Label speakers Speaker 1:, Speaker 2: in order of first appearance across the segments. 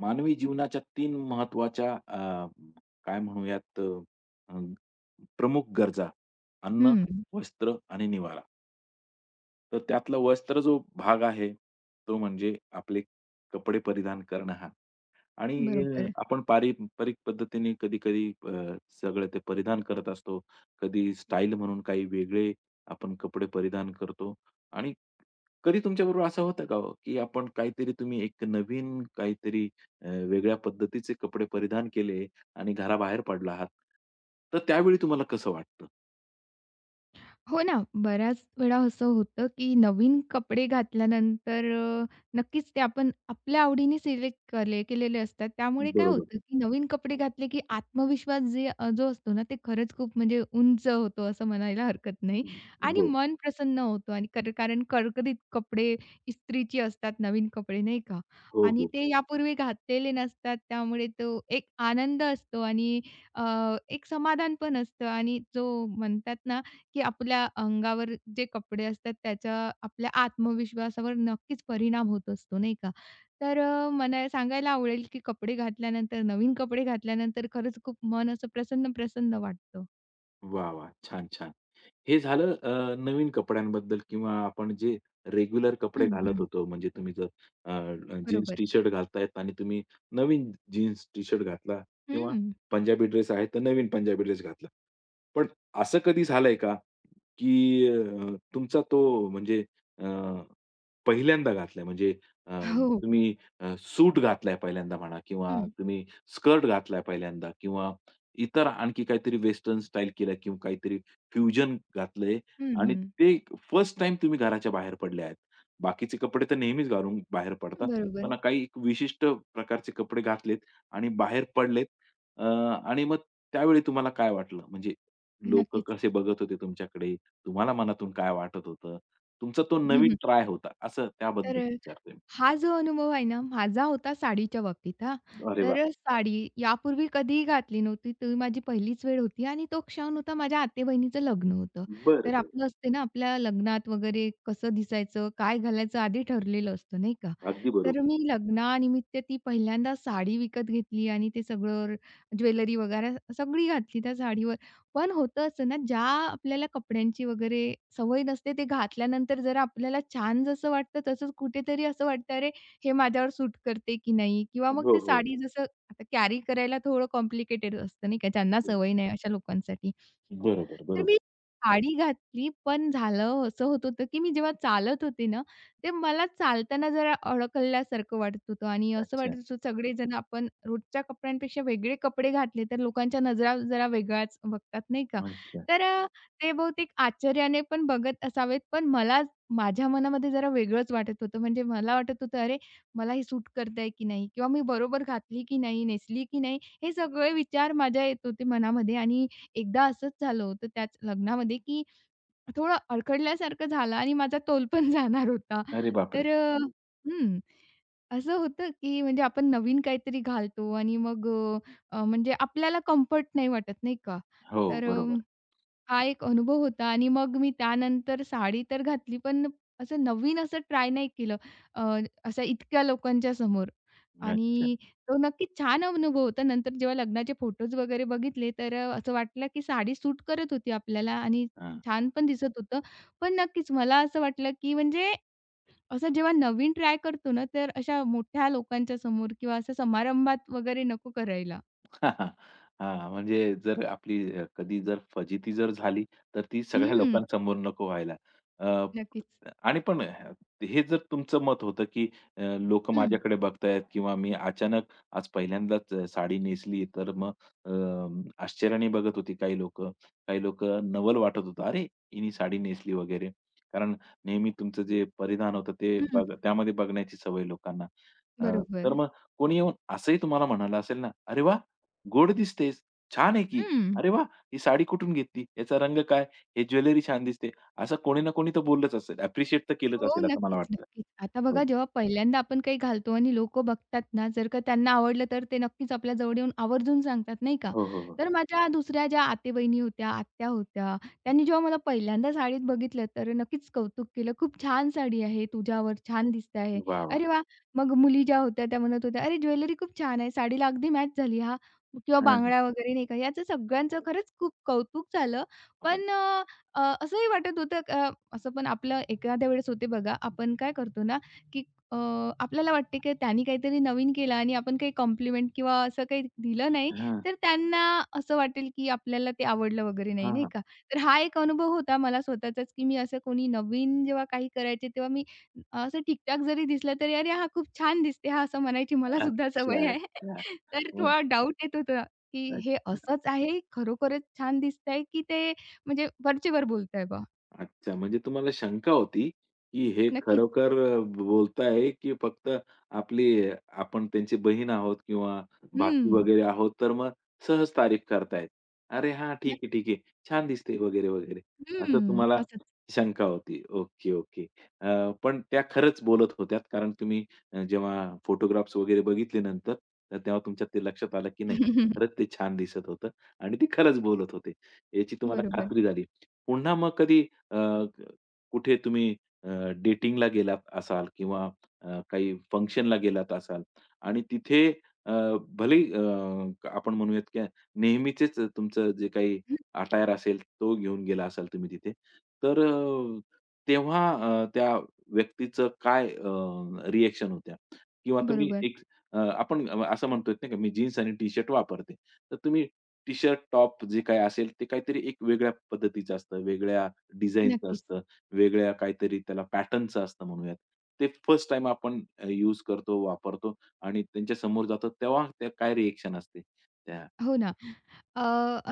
Speaker 1: मानवी जीवनाच्या 3 महत्त्वाच्या काय म्हणूयात अ, प्रमुख गरजा अन्न,
Speaker 2: हं,
Speaker 1: वस्त्र आणि निवारा. तर त्यातला वस्त्र जो भाग आहे, तो म्हणजे आपले कपडे परिधान करणं हा. आणि
Speaker 2: बरोबर.
Speaker 1: आपण पारंपरिक पद्धतीने कधी-कधी सगळं ते परिधान करत असतो. कधी स्टाईल म्हणून काही वेगळे आपण कपडे परिधान करतो आणि कधी तुमच्याबरोबर असं होतं का हो, की आपण काहीतरी तुम्ही एक नवीन काहीतरी वेगळ्या पद्धतीचे कपडे परिधान केले आणि घराबाहेर पडला आहात. तर त्यावेळी तुम्हाला कसं वाटतं?
Speaker 2: हो ना, बऱ्याच वेळा असं होतं, की नवीन कपडे घातल्यानंतर नक्कीच ते आपण आपल्या आवडीने सिलेक्ट केलेले असतात. त्यामुळे काय
Speaker 1: बरोबर.
Speaker 2: होतं, की नवीन कपडे घातले, की आत्मविश्वास जो असतो ना, ते खरंच खूप म्हणजे उंच होतो असं म्हणायला हरकत नाही
Speaker 1: हं.
Speaker 2: आणि
Speaker 1: हो.
Speaker 2: मन प्रसन्न होतं आणि कारण करकरीत कपडे इस्त्रीचे असतात नवीन कपडे नाही का?
Speaker 1: हो,
Speaker 2: आणि
Speaker 1: हो.
Speaker 2: ते यापूर्वी घातलेले नसतात. त्यामुळे तो एक आनंद असतो आणि अ, एक समाधान पण असतं आणि जो म्हणतात ना, की आपल्या अंगावर जे कपडे असतात त्याचा आपल्या आत्मविश्वासावर नक्कीच परिणाम होत असतो, नाही का? तर मला सांगायला आवडेल की कपडे घातल्यानंतर, नवीन कपडे घातल्यानंतर खरंच खूप मन असं प्रसन्न-प्रसन्न वाटतं.
Speaker 1: वाह! वाह! छान, छान. हे झालं नवीन कपड्यांबद्दल किंवा आपण जे रेग्युलर कपडे
Speaker 2: हं,
Speaker 1: घालत
Speaker 2: हं.
Speaker 1: होतो. म्हणजे तुम्ही जर जीन्स
Speaker 2: बरोबर.
Speaker 1: टी-शर्ट घालतायत आणि तुम्ही नवीन जीन्स टी-शर्ट घातला किंवा
Speaker 2: हं.
Speaker 1: पंजाबी ड्रेस आहे, तर नवीन पंजाबी ड्रेस घातला. पण असं कधी झालंय का, की तुमचा तो म्हणजे अ, पहिल्यांदा घातलाय म्हणजे अ,
Speaker 2: हो.
Speaker 1: तुम्ही सूट घातलाय पहिल्यांदा म्हणा किंवा
Speaker 2: हं.
Speaker 1: तुम्ही स्कर्ट घातलाय पहिल्यांदा किंवा इतर आणखी काहीतरी वेस्टर्न स्टाईल केलं किंवा काहीतरी फ्युजन घातलंय
Speaker 2: हं,
Speaker 1: आणि
Speaker 2: हं.
Speaker 1: ते फर्स्ट टाईम तुम्ही घराच्या बाहेर पडले आहेत. बाकीचे कपडे तर नेहमीच घालून बाहेर पडतात.
Speaker 2: बरोबर.
Speaker 1: पण काही एक विशिष्ट प्रकारचे कपडे घातलेत आणि बाहेर पडलेत आणि मग त्यावेळी तुम्हाला काय वाटलं? म्हणजे लोकं
Speaker 2: नक्कीच.
Speaker 1: कसे बघत होते तुमच्याकडे तुम्हाला मनातून काय वाटत होतं? तुमचा तो
Speaker 2: हं,
Speaker 1: नवीन
Speaker 2: हं.
Speaker 1: ट्राय होता, असं
Speaker 2: तर
Speaker 1: त्याबद्दल विचारतोय मी.
Speaker 2: हा जो अनुभव आहे ना, माझा होता साडीच्या बाबतीत हां.
Speaker 1: अरे
Speaker 2: तर
Speaker 1: वाह!
Speaker 2: साडी यापूर्वी कधीही घातली नव्हती. ती माझी पहिलीच वेळ होती आणि तो क्षण होता माझ्या आते-बहिणीचं लग्न होतं.
Speaker 1: बरं,
Speaker 2: तर
Speaker 1: बरं.
Speaker 2: आपलं असते ना, आपल्या लग्नात वगैरे कसं दिसायचं, काय घालायचं आधी ठरलेलं असतं, नाही का?
Speaker 1: अगदी
Speaker 2: तर
Speaker 1: बरोबर.
Speaker 2: मी लग्नानिमित्त ती पहिल्यांदा साडी विकत घेतली आणि ते सगळं ज्वेलरी वगैरे सगळी घातली त्या साडीवर. पण होतं असं ना, ज्या आपल्याला कपड्यांची वगैरे सवय नसते, ते घातल्यानंतर जरा आपल्याला छान जसं वाटतं, तसंच कुठेतरी असं वाटतं, "अरे, हे माझ्यावर सूट करते की नाही?" किंवा मग
Speaker 1: हो,
Speaker 2: ती
Speaker 1: हो.
Speaker 2: साडी जसं आता कॅरी करायला थोडं कॉम्प्लिकेटेड असतं, नाही का? ज्यांना सवय नाही अशा लोकांसाठी.
Speaker 1: बरोबर,
Speaker 2: तर
Speaker 1: बरोबर.
Speaker 2: मी साडी घातली, पण झालं असं होत होतं, की मी जेव्हा चालत होते ना, ते मला चालताना जरा अडकल्यासारखं वाटत होतं आणि असं
Speaker 1: अच्छा,
Speaker 2: वाटत होतं सगळेजण आपण रोजच्या कपड्यांपेक्षा वेगळे कपडे घातले, तर लोकांच्या नजरा जरा वेगळ्याच बघतात, नाही का?
Speaker 1: अच्छा.
Speaker 2: तर ते बहुतेक आश्चर्याने पण बघत असावेत, पण मला माझ्या मनामध्ये जरा वेगळंच वाटत होतं. म्हणजे मला वाटत होतं, "अरे, मला हे सूट करतंय की नाही? किंवा मी बरोबर घातली की नाही? नेसली की नाही?" हे सगळे विचार माझ्या येत होते मनामध्ये आणि एकदा असंच झालं होतं त्याच लग्नामध्ये, की थोडं अडखडल्यासारखं झालं आणि माझा तोल पण जाणार होता.
Speaker 1: अरे बापरे!
Speaker 2: तर हं. असं होतं, की म्हणजे आपण नवीन काहीतरी घालतो आणि मग म्हणजे आपल्याला कम्फर्ट नाही वाटत, नाही का?
Speaker 1: हो,
Speaker 2: तर
Speaker 1: बरोबर.
Speaker 2: हा एक अनुभव होता आणि मग मी त्यानंतर साडी तर घातली, पण असं नवीन असं ट्राय नाही केलं अ, असं इतक्या लोकांच्या समोर
Speaker 1: अच्छा.
Speaker 2: आणि तो नक्की छान अनुभव होता. नंतर जेव्हा लग्नाचे फोटोज वगैरे बघितले, तर असं वाटलं की साडी सूट करत होती आपल्याला आणि
Speaker 1: हां.
Speaker 2: छान पण दिसत होतं. पण नक्कीच मला असं वाटलं की म्हणजे असं जेव्हा नवीन ट्राय करतो ना, तर अशा मोठ्या लोकांच्या समोर किंवा असं समारंभात वगैरे नको करायला.
Speaker 1: हां, म्हणजे जर आपली कधी जर फजिती जर झाली, तर ती सगळ्या
Speaker 2: हं.
Speaker 1: लोकांसमोर नको व्हायला. अ,
Speaker 2: नक्कीच.
Speaker 1: आणि पण हे जर तुमचं मत होतं, की लोकं
Speaker 2: हं,
Speaker 1: माझ्याकडे बघतायत किंवा मी अचानक आज पहिल्यांदाच साडी नेसली, तर मग अ, आश्चर्याने बघत होती काही लोक, काही लोक नवल वाटत होतं, "अरे, हिने साडी नेसली" वगैरे. कारण नेहमी तुमचं जे परिधान होतं ते
Speaker 2: हं.
Speaker 1: बघ त्यामध्ये बघण्याची सवय लोकांना. अ, तर
Speaker 2: बरोबर.
Speaker 1: मग कोणी येऊन असंही तुम्हाला म्हणालं असेल ना, "अरे वाह! गोड दिसतेस, छान आहे की.
Speaker 2: हं.
Speaker 1: अरे वाह! ही साडी कुठून घेतली? याचा रंग काय? हे ज्वेलरी छान दिसते." असं कोणी ना कोणी तर बोललंच असेल. अप्रिशिएट तर केलंच
Speaker 2: हो,
Speaker 1: असेल असं मला
Speaker 2: नक्कीच,
Speaker 1: वाटतं.
Speaker 2: नक्कीच. आता बघा
Speaker 1: हो.
Speaker 2: जेव्हा पहिल्यांदा आपण काही घालतो आणि लोकं बघतात ना, जर का त्यांना आवडलं तर ते नक्कीच आपल्या जवळ येऊन आवर्जून सांगतात, नाही का?
Speaker 1: हो, हो, हो.
Speaker 2: तर माझ्या दुसऱ्या ज्या आते-बहिणी होत्या, आत्या होत्या, त्यांनी जेव्हा मला पहिल्यांदा साडीत बघितलं तर नक्कीच कौतुक केलं. "खूप छान साडी आहे तुझ्यावर, छान दिसते आहे."
Speaker 1: वाह! वाह!
Speaker 2: अरे वाह! मग मुली ज्या होत्या त्या म्हणत होत्या, "अरे ज्वेलरी खूप छान आहे, साडीला अगदी मॅच झाली हां." किंवा
Speaker 1: हां,
Speaker 2: बांगड्या वगैरे नाही का, याचं सगळ्यांचं खरंच खूप कौतुक झालं. पण असंही वाटत होतं असं पण आपलं एखाद्या वेळेस होते बघा, आपण काय करतो ना, की अ, आपल्याला वाटते की त्यांनी काहीतरी नवीन केलं आणि आपण काही कॉम्प्लिमेंट किंवा असं काही दिलं नाही, तर त्यांना असं वाटेल की आपल्याला ते आवडलं वगैरे नाही,
Speaker 1: हां, हां,
Speaker 2: नाही
Speaker 1: हां.
Speaker 2: का? तर हा एक अनुभव होता मला स्वतःचाच, की मी असं कोणी नवीन जेव्हा काही करायचे तेव्हा मी असं ठीक जरी दिसलं तरी, "अरे, हा खूप छान दिसते हां." असं म्हणायची मला सुद्धा
Speaker 1: अच्छा,
Speaker 2: सवय आहे.
Speaker 1: अच्छा.
Speaker 2: तर
Speaker 1: मग
Speaker 2: थोडा डाऊट येत होता, की हे
Speaker 1: अच्छा.
Speaker 2: असंच आहे, खरोखरच छान दिसतंय, की ते म्हणजे वरचेवर बोलताय बा.
Speaker 1: अच्छा, म्हणजे तुम्हाला शंका होती, की हे
Speaker 2: नक्कीच.
Speaker 1: खरोखर बोलताय, की फक्त आपली आपण त्यांची बहीण आहोत किंवा भाची
Speaker 2: हं.
Speaker 1: वगैरे आहोत, तर मग सहज तारीफ करतायत. अरे हा ठीक
Speaker 2: नक्क
Speaker 1: आहे, ठीक आहे. छान दिसते वगैरे, वगैरे. असं
Speaker 2: हं.
Speaker 1: तुम्हाला
Speaker 2: असंच.
Speaker 1: शंका होती. Okay, okay. अ, पण त्या खरंच बोलत होत्या, कारण तुम्ही जेव्हा फोटोग्राफ्स वगैरे बघितले नंतर, तर तेव्हा तुमच्या ते लक्षात आलं, की नाही, खरंच ते छान दिसत होतं आणि ते खरंच बोलत होते. याची तुम्हाला
Speaker 2: बरोबर.
Speaker 1: खात्री झाली. पुन्हा मग कधी अ, कुठे तुम्ही अ, डेटिंगला गेलात असाल किंवा काही फंक्शनला गेलात असाल आणि तिथे अ, भलेही आपण म्हणूयात की नेहमीचेच तुमचं जे काही
Speaker 2: हं,
Speaker 1: अटायर असेल तो घेऊन गेला असाल तुम्ही तिथे. तर तेव्हा त्या व्यक्तीचं काय रिएक्शन होत्या? किंवा तुम्ही
Speaker 2: बरोबर.
Speaker 1: एक आपण असं म्हणतो नाही का, मी जीन्स आणि टी-शर्ट वापरते. तर तुम्ही टी-शर्ट, टॉप जे काही असेल ते काहीतरी एक वेगळ्या पद्धतीचं असतं, वेगळ्या डिझाईनचं
Speaker 2: नक्कीच.
Speaker 1: असतं, वेगळ्या काहीतरी त्याला पॅटर्नचं असतं म्हणूयात. ते फर्स्ट टाइम आपण यूज करतो, वापरतो आणि त्यांच्या समोर जातो तेव्हा त्या काय रिएक्शन असते त्या
Speaker 2: हो ना. अ,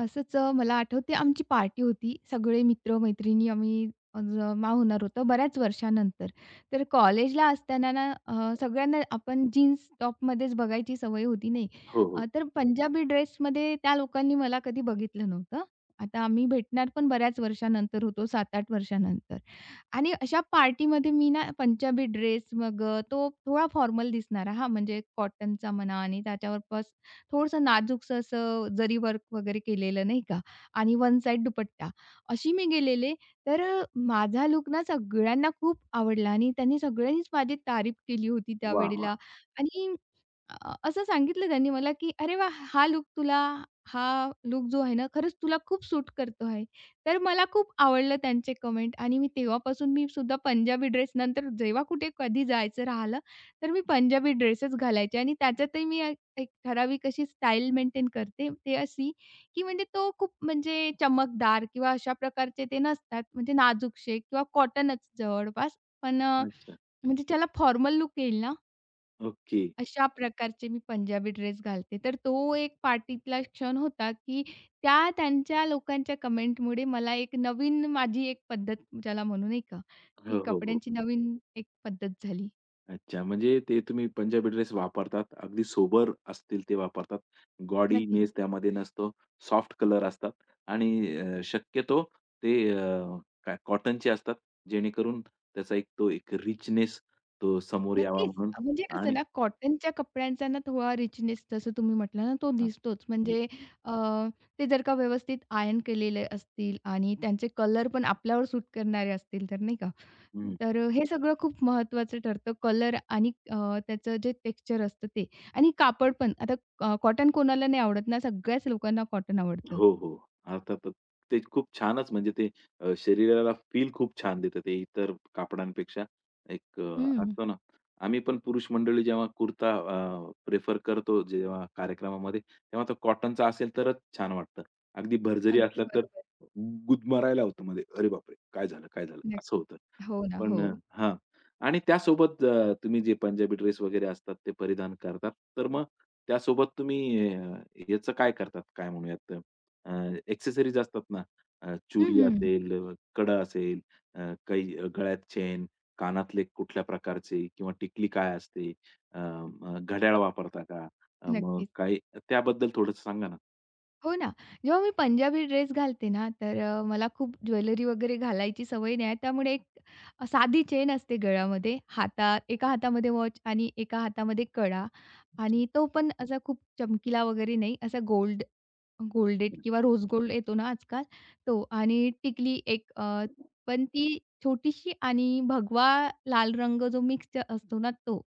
Speaker 2: असंच मला आठवते आमची पार्टी होती. सगळे मित्र-मैत्रिणी आम्ही जमा होणार होतो बऱ्याच वर्षानंतर. तर कॉलेजला असताना ना सगळ्यांना आपण जीन्स टॉपमध्येच बघायची सवय होती नाही.
Speaker 1: हो, हो.
Speaker 2: तर पंजाबी ड्रेसमध्ये त्या लोकांनी मला कधी बघितलं नव्हतं. आता आम्ही भेटणार पण बऱ्याच वर्षानंतर होतो, 7-8 वर्षानंतर. आणि अशा पार्टीमध्ये मी ना पंजाबी ड्रेस मग तो थोडा फॉर्मल दिसणारा हां, म्हणजे कॉटनचा म्हणा आणि त्याच्यावर थोडंसं नाजूकसं असं जरी वर्क वगैरे केलेलं नाही का आणि वन साइड दुपट्टा. अशी मी गेलेले तर माझा लुक ना सगळ्यांना खूप आवडला आणि त्यांनी सगळ्यांनीच माझी तारीफ केली होती
Speaker 1: वाह, वाह!
Speaker 2: त्यावेळेला आणि असं सांगितलं त्यांनी मला, की "अरे वा हा लुक जो आहे ना, खरंच तुला खूप सूट करतो आहे." तर मला खूप आवडलं त्यांचे कमेंट आणि मी सुद्धा पंजाबी ड्रेस नंतर जेव्हा कुठे कधी जायचं राहिलं, तर मी पंजाबी ड्रेसच घालायचे आणि त्याच्यातही मी एक एक ठराविक अशी स्टाईल मेंटेन करते. ते अशी, की म्हणजे तो खूप म्हणजे चमकदार किंवा अशा प्रकारचे ते नसतात. म्हणजे नाजूकसे किंवा कॉटनच जवळपास. पण
Speaker 1: अच्छा.
Speaker 2: म्हणजे त्याला फॉर्मल लूक येईल ना
Speaker 1: ओके.
Speaker 2: अशा प्रकारचे मी पंजाबी ड्रेस घालते. तर तो एक पार्टीतला क्षण होता, की त्यांच्या लोकांच्या कमेंटमुळे मला एक नवीन माझी एक पद्धत ज्याला म्हणू नाही का, ती
Speaker 1: हो, हो, हो.
Speaker 2: कपड्यांची नवीन एक पद्धत झाली.
Speaker 1: अच्छा, म्हणजे ते तुम्ही पंजाबी ड्रेस वापरतात. अगदी सोबर असतील ते वापरतात.
Speaker 2: नक्कीच.
Speaker 1: गॉडीनेस त्यामध्ये नसतो. सॉफ्ट कलर असतात आणि शक्यतो ते काय कॉटनचे असतात. जेणेकरून त्याचा एक तो एक रिचनेस तो समोर यावा
Speaker 2: नक्कीच.
Speaker 1: म्हणून
Speaker 2: म्हणजे कसं
Speaker 1: आणि
Speaker 2: ना कॉटनच्या कपड्यांचा ना थोडा रिचनेस जसं तुम्ही म्हटलं ना, तो
Speaker 1: हां.
Speaker 2: दिसतोच. म्हणजे अ, ते जर का व्यवस्थित आयर्न केलेले असतील आणि त्यांचे कलर पण आपल्यावर सूट करणारे असतील तर नाही का.
Speaker 1: हं.
Speaker 2: तर हे सगळं खूप महत्त्वाचं ठरतं. कलर आणि त्याचं जे टेक्स्चर असतं ते आणि कापड पण. आता कॉटन कोणाला नाही आवडत ना, सगळ्याच लोकांना कॉटन आवडतं.
Speaker 1: हो, हो. अर्थातच. ते खूप छानच म्हणजे ते शरीराला फील खूप छान देतं ते इतर कापडांपेक्षा. एक
Speaker 2: हं.
Speaker 1: असतो ना, आम्ही पण पुरुष मंडळी जेव्हा कुर्ता प्रेफर करतो जेव्हा कार्यक्रमामध्ये, तेव्हा तो कॉटनचा असेल तरच छान वाटतं. अगदी भरजरी
Speaker 2: अगदी
Speaker 1: असला तर
Speaker 2: बरोबर.
Speaker 1: गुदमरायला होतं मध्ये. "अरे बापरे! काय झालं? काय झालं?"
Speaker 2: नक्क
Speaker 1: असं होतं.
Speaker 2: हो ना,
Speaker 1: पण
Speaker 2: हो.
Speaker 1: हां. आणि त्यासोबत तुम्ही जे पंजाबी ड्रेस वगैरे असतात ते परिधान करतात. तर मग त्यासोबत तुम्ही याचं काय करतात? काय म्हणूयात अ, एक्सेसरीज असतात ना,
Speaker 2: हं,
Speaker 1: चुडी
Speaker 2: हं.
Speaker 1: असेल, कडा असेल, काही गळ्यात चेन, कानातले कुठल्या प्रकारचे किंवा टिकली काय असते, अ, अ, घड्याळ वापरता का? मग
Speaker 2: नक्कीच.
Speaker 1: काही त्याबद्दल थोडंसं सांगा ना?
Speaker 2: हो ना. जेव्हा मी पंजाबी ड्रेस घालते ना, तर मला खूप ज्वेलरी वगैरे घालायची सवय नाही आहे. त्यामुळे एक साधी चेन असते गळ्यामध्ये, हातात एका हातामध्ये वॉच आणि एका हातामध्ये कडा
Speaker 1: अच्छा.
Speaker 2: आणि तो पण असा खूप चमकीला वगैरे नाही, असा गोल्डेड किंवा रोज गोल्ड येतो ना आजकाल तो आणि टिकली एक पण ती छोटीशी आणि भगवा लाल रंग जो मिक्स असतो ना तो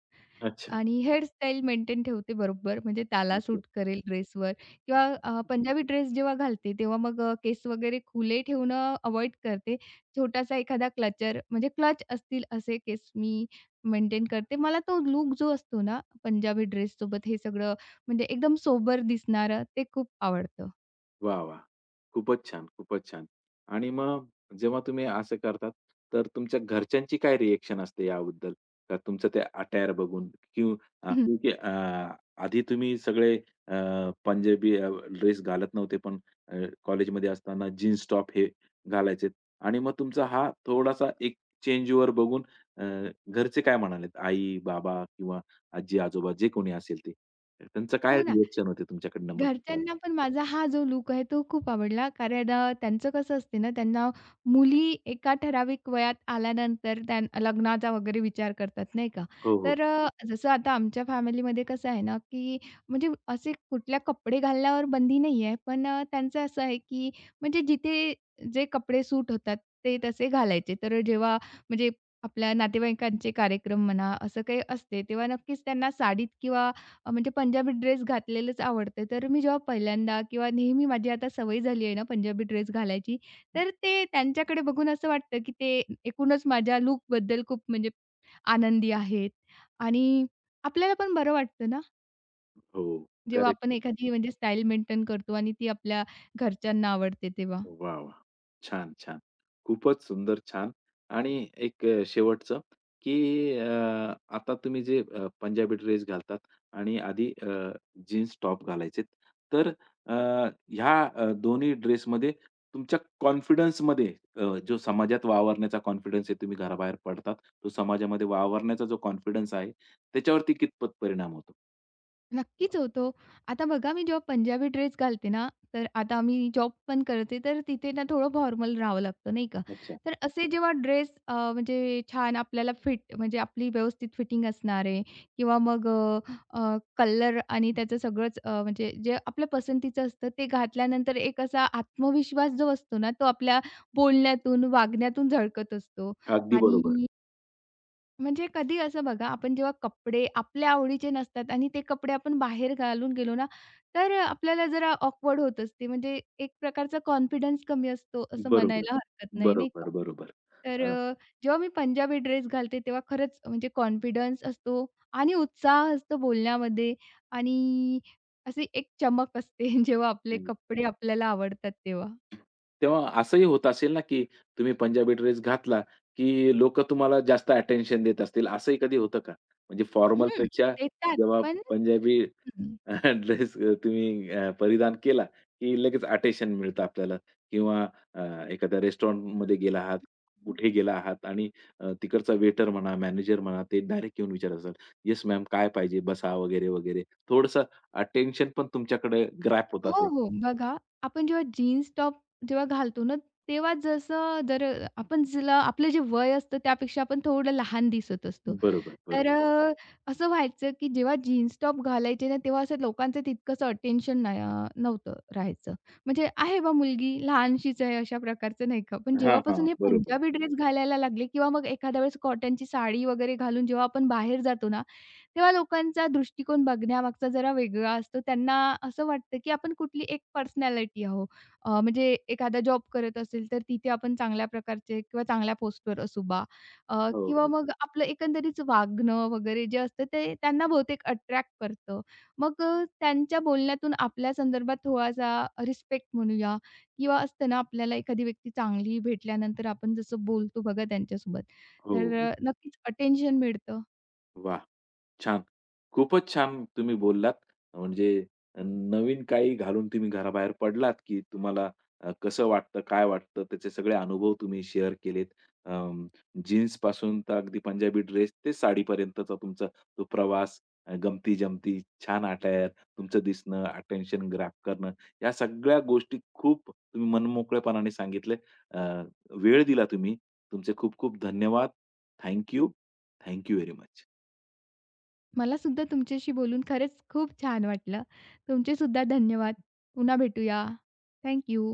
Speaker 1: अच्छा.
Speaker 2: आणि हेअरस्टाईल मेंटेन ठेवते बरोबर म्हणजे त्याला
Speaker 1: ओके.
Speaker 2: सूट करेल ड्रेसवर किंवा पंजाबी ड्रेस जेव्हा घालते तेव्हा मग केस वगैरे खुले ठेवणं अव्हॉइड करते. छोटासा एखादा क्लच असतील असे केस मी मेंटेन करते. मला तो लूक जो असतो ना पंजाबी ड्रेससोबत हे सगळं म्हणजे एकदम सोबर दिसणारं ते खूप आवडतं.
Speaker 1: वाह, वाह! खूपच छान, खूपच छान. आणि मग जेव्हा तुम्ही असं करतात, तर तुमच्या घरच्यांची काय रिएक्शन असते याबद्दल? का तुमचं ते अटायर बघून किंवा अ,
Speaker 2: हं.
Speaker 1: की आधी तुम्ही सगळे पंजाबी ड्रेस घालत नव्हते, पण कॉलेजमध्ये असताना जीन्स टॉप हे घालायचेत आणि मग तुमचा हा थोडासा एक चेंजवर बघून अ, घरचे काय म्हणालेत? आई, बाबा किंवा आजी-आजोबा जे कोणी असेल ते. त्यांचं काय
Speaker 2: हो ना.
Speaker 1: रिएक्शन होते तुमच्याकडनं मग?
Speaker 2: घरच्यांना पण माझा हा जो लूक आहे तो खूप आवडला. कारण त्यांचं कसं असते ना, त्यांना मुली एका ठराविक वयात आल्यानंतर त्यां लग्नाचा वगैरे विचार करतात नाही का.
Speaker 1: हो,
Speaker 2: तर जसं आता आमच्या फॅमिलीमध्ये कसं आहे ना, की म्हणजे असे कुठल्या कपडे घालण्यावर बंदी नाही आहे. पण त्यांचं असं आहे, की म्हणजे जिथे जे कपडे सूट होतात ते तसे घालायचे. तर जेव्हा म्हणजे आपल्या नातेवाईकांचे कार्यक्रम म्हणा, असं काही असते, तेव्हा नक्कीच त्यांना साडीत किंवा म्हणजे पंजाबी ड्रेस घातलेलंच आवड़ते तर मी जेव्हा पहिल्यांदा किंवा नेहमी माझी आता सवय झाली आहे ना पंजाबी ड्रेस घालायची,
Speaker 1: हो.
Speaker 2: तर ते त्यांच्याकडे बघून असं वाटतं, की ते एकूणच माझ्या लूकबद्दल खूप म्हणजे आनंदी आहेत आणि आपल्याला पण बरं वाटतं ना,
Speaker 1: हो.
Speaker 2: जेव्हा
Speaker 1: करेक्ट
Speaker 2: आपण
Speaker 1: आहे.
Speaker 2: एखादी म्हणजे स्टाईल मेंटेन करतो आणि ती आपल्या घरच्यांना आवडते तेव्हा.
Speaker 1: वाह! वाह! छान, छान. खूपच सुंदर, छान. आणि एक शेवटचं, की आता तुम्ही जे पंजाबी ड्रेस घालतात आणि आधी जीन्स टॉप घालायचेत. तर अ, ह्या दोन्ही ड्रेसमध्ये तुमच्या कॉन्फिडन्समध्ये जो समाजात वावरण्याचा कॉन्फिडन्स आहे, तुम्ही घराबाहेर पडतात, तो समाजामध्ये वावरण्याचा जो कॉन्फिडन्स आहे, त्याच्यावरती कितपत परिणाम होतो?
Speaker 2: नक्कीच होतो. आता बघा मी जेव्हा पंजाबी ड्रेस घालते ना, तर आता आम्ही जॉब पण करते, तर तिथे ना थोडं फॉर्मल राहावं लागतं नाही का.
Speaker 1: अच्छा.
Speaker 2: तर असे जेव्हा ड्रेस म्हणजे छान आपल्याला फिट म्हणजे आपली व्यवस्थित फिटिंग असणारे किंवा मग कलर आणि त्याचं सगळंच म्हणजे जे आपल्या पसंतीचं असतं ते घातल्यानंतर एक असा आत्मविश्वास जो असतो ना, तो आपल्या बोलण्यातून, वागण्यातून झळकत असतो
Speaker 1: अगदी
Speaker 2: आणि
Speaker 1: बरोबर.
Speaker 2: म्हणजे कधी असं बघा, आपण जेव्हा कपडे आपल्या आवडीचे नसतात आणि ते कपडे आपण बाहेर घालून गेलो ना, तर आपल्याला जरा ऑकवर्ड होत असते. म्हणजे एक प्रकारचा कॉन्फिडन्स कमी असतो, असं
Speaker 1: बरोबर,
Speaker 2: म्हणायला हरकत नाही, नाही का?
Speaker 1: बरोबर, बरोबर.
Speaker 2: तर
Speaker 1: अ,
Speaker 2: जेव्हा मी पंजाबी ड्रेस घालते, तेव्हा खरंच म्हणजे कॉन्फिडन्स असतो आणि उत्साह असतो बोलण्यामध्ये आणि अशी एक चमक असते, जेव्हा आपले कपडे आपल्याला आवडतात तेव्हा.
Speaker 1: तेव्हा असंही होत असेल ना, की तुम्ही पंजाबी ड्रेस घातला, की लोकं तुम्हाला जास्त अटेन्शन देत असतील, असंही कधी होतं का? म्हणजे
Speaker 2: हं,
Speaker 1: फॉर्मलपेक्षा
Speaker 2: देतात
Speaker 1: जेव्हा
Speaker 2: पण
Speaker 1: पंजाबी
Speaker 2: हं.
Speaker 1: ड्रेस तुम्ही परिधान केला, की लगेच अटेन्शन मिळतं आपल्याला किंवा एखाद्या रेस्टॉरंटमध्ये गेला आहात, कुठे गेला आहात आणि तिकडचा वेटर म्हणा, मॅनेजर म्हणा, ते डायरेक्ट येऊन विचारत असतात, "येस मॅम, काय पाहिजे? बसा," वगैरे, वगैरे. थोडंसं अटेन्शन पण तुमच्याकडे ग्रॅब होत
Speaker 2: हो,
Speaker 1: असेल.
Speaker 2: हो. बघा, आपण जेव्हा जीन्स टॉप जेव्हा घालतो ना, तेव्हा जसं जर आपण जिला आपलं जे वय असतं त्यापेक्षा आपण थोडं लहान दिसत असतो.
Speaker 1: बरोबर,
Speaker 2: तर
Speaker 1: बरोबर.
Speaker 2: असं व्हायचं की जेव्हा जीन्स टॉप घालायचे ना, तेव्हा असं लोकांचं तितकंसं अटेन्शन नव्हतं राहायचं. म्हणजे आहे बा मुलगी लहानशीच आहे अशा प्रकारचं नाही का. पण
Speaker 1: हां, हां.
Speaker 2: जेव्हापासून हे
Speaker 1: बरोबर.
Speaker 2: पंजाबी ड्रेस घालायला लागले किंवा मग एखाद्या वेळेस कॉटनची साडी वगैरे घालून जेव्हा आपण बाहेर जातो ना, तेव्हा लोकांचा दृष्टिकोन बघण्यामागचा जरा वेगळा असतो. त्यांना असं वाटतं, की आपण कुठली एक पर्सनॅलिटी आहोत. म्हणजे एखादा जॉब करत असेल, तर तिथे आपण चांगल्या प्रकारचे किंवा चांगल्या पोस्टवर असू बा
Speaker 1: हो,
Speaker 2: किंवा
Speaker 1: हो.
Speaker 2: मग आपलं एकंदरीत वागणं वगैरे जे असतं, ते त्यांना बहुतेक अट्रॅक्ट करतं. मग त्यांच्या बोलण्यातून आपल्या संदर्भात थोडासा रिस्पेक्ट म्हणूया किंवा असतं ना, आपल्याला एखादी व्यक्ती चांगली भेटल्यानंतर आपण जसं बोलतो बघा त्यांच्यासोबत,
Speaker 1: हो,
Speaker 2: तर
Speaker 1: हो.
Speaker 2: नक्कीच अटेन्शन मिळतं.
Speaker 1: वाह! छान. खूपच छान तुम्ही बोललात. म्हणजे नवीन काही घालून तुम्ही घराबाहेर पडलात, की तुम्हाला कसं वाटतं, काय वाटतं, त्याचे सगळे अनुभव तुम्ही शेअर केलेत. अं, जीन्सपासून तर अगदी पंजाबी ड्रेस ते साडीपर्यंतचा तुमचा तो प्रवास, गमती-जमती, छान अटायर, तुमचं दिसणं, अटेन्शन ग्रॅब करणं, या सगळ्या गोष्टी खूप तुम्ही मनमोकळेपणाने सांगितले. अ, वेळ दिला तुम्ही. तुमचे खूप खूप धन्यवाद. Thank you. Very much.
Speaker 2: मला सुद्धा तुमच्याशी बोलून खरंच खूप छान वाटलं. तुमचे सुद्धा धन्यवाद. पुन्हा भेटूया. Thank you.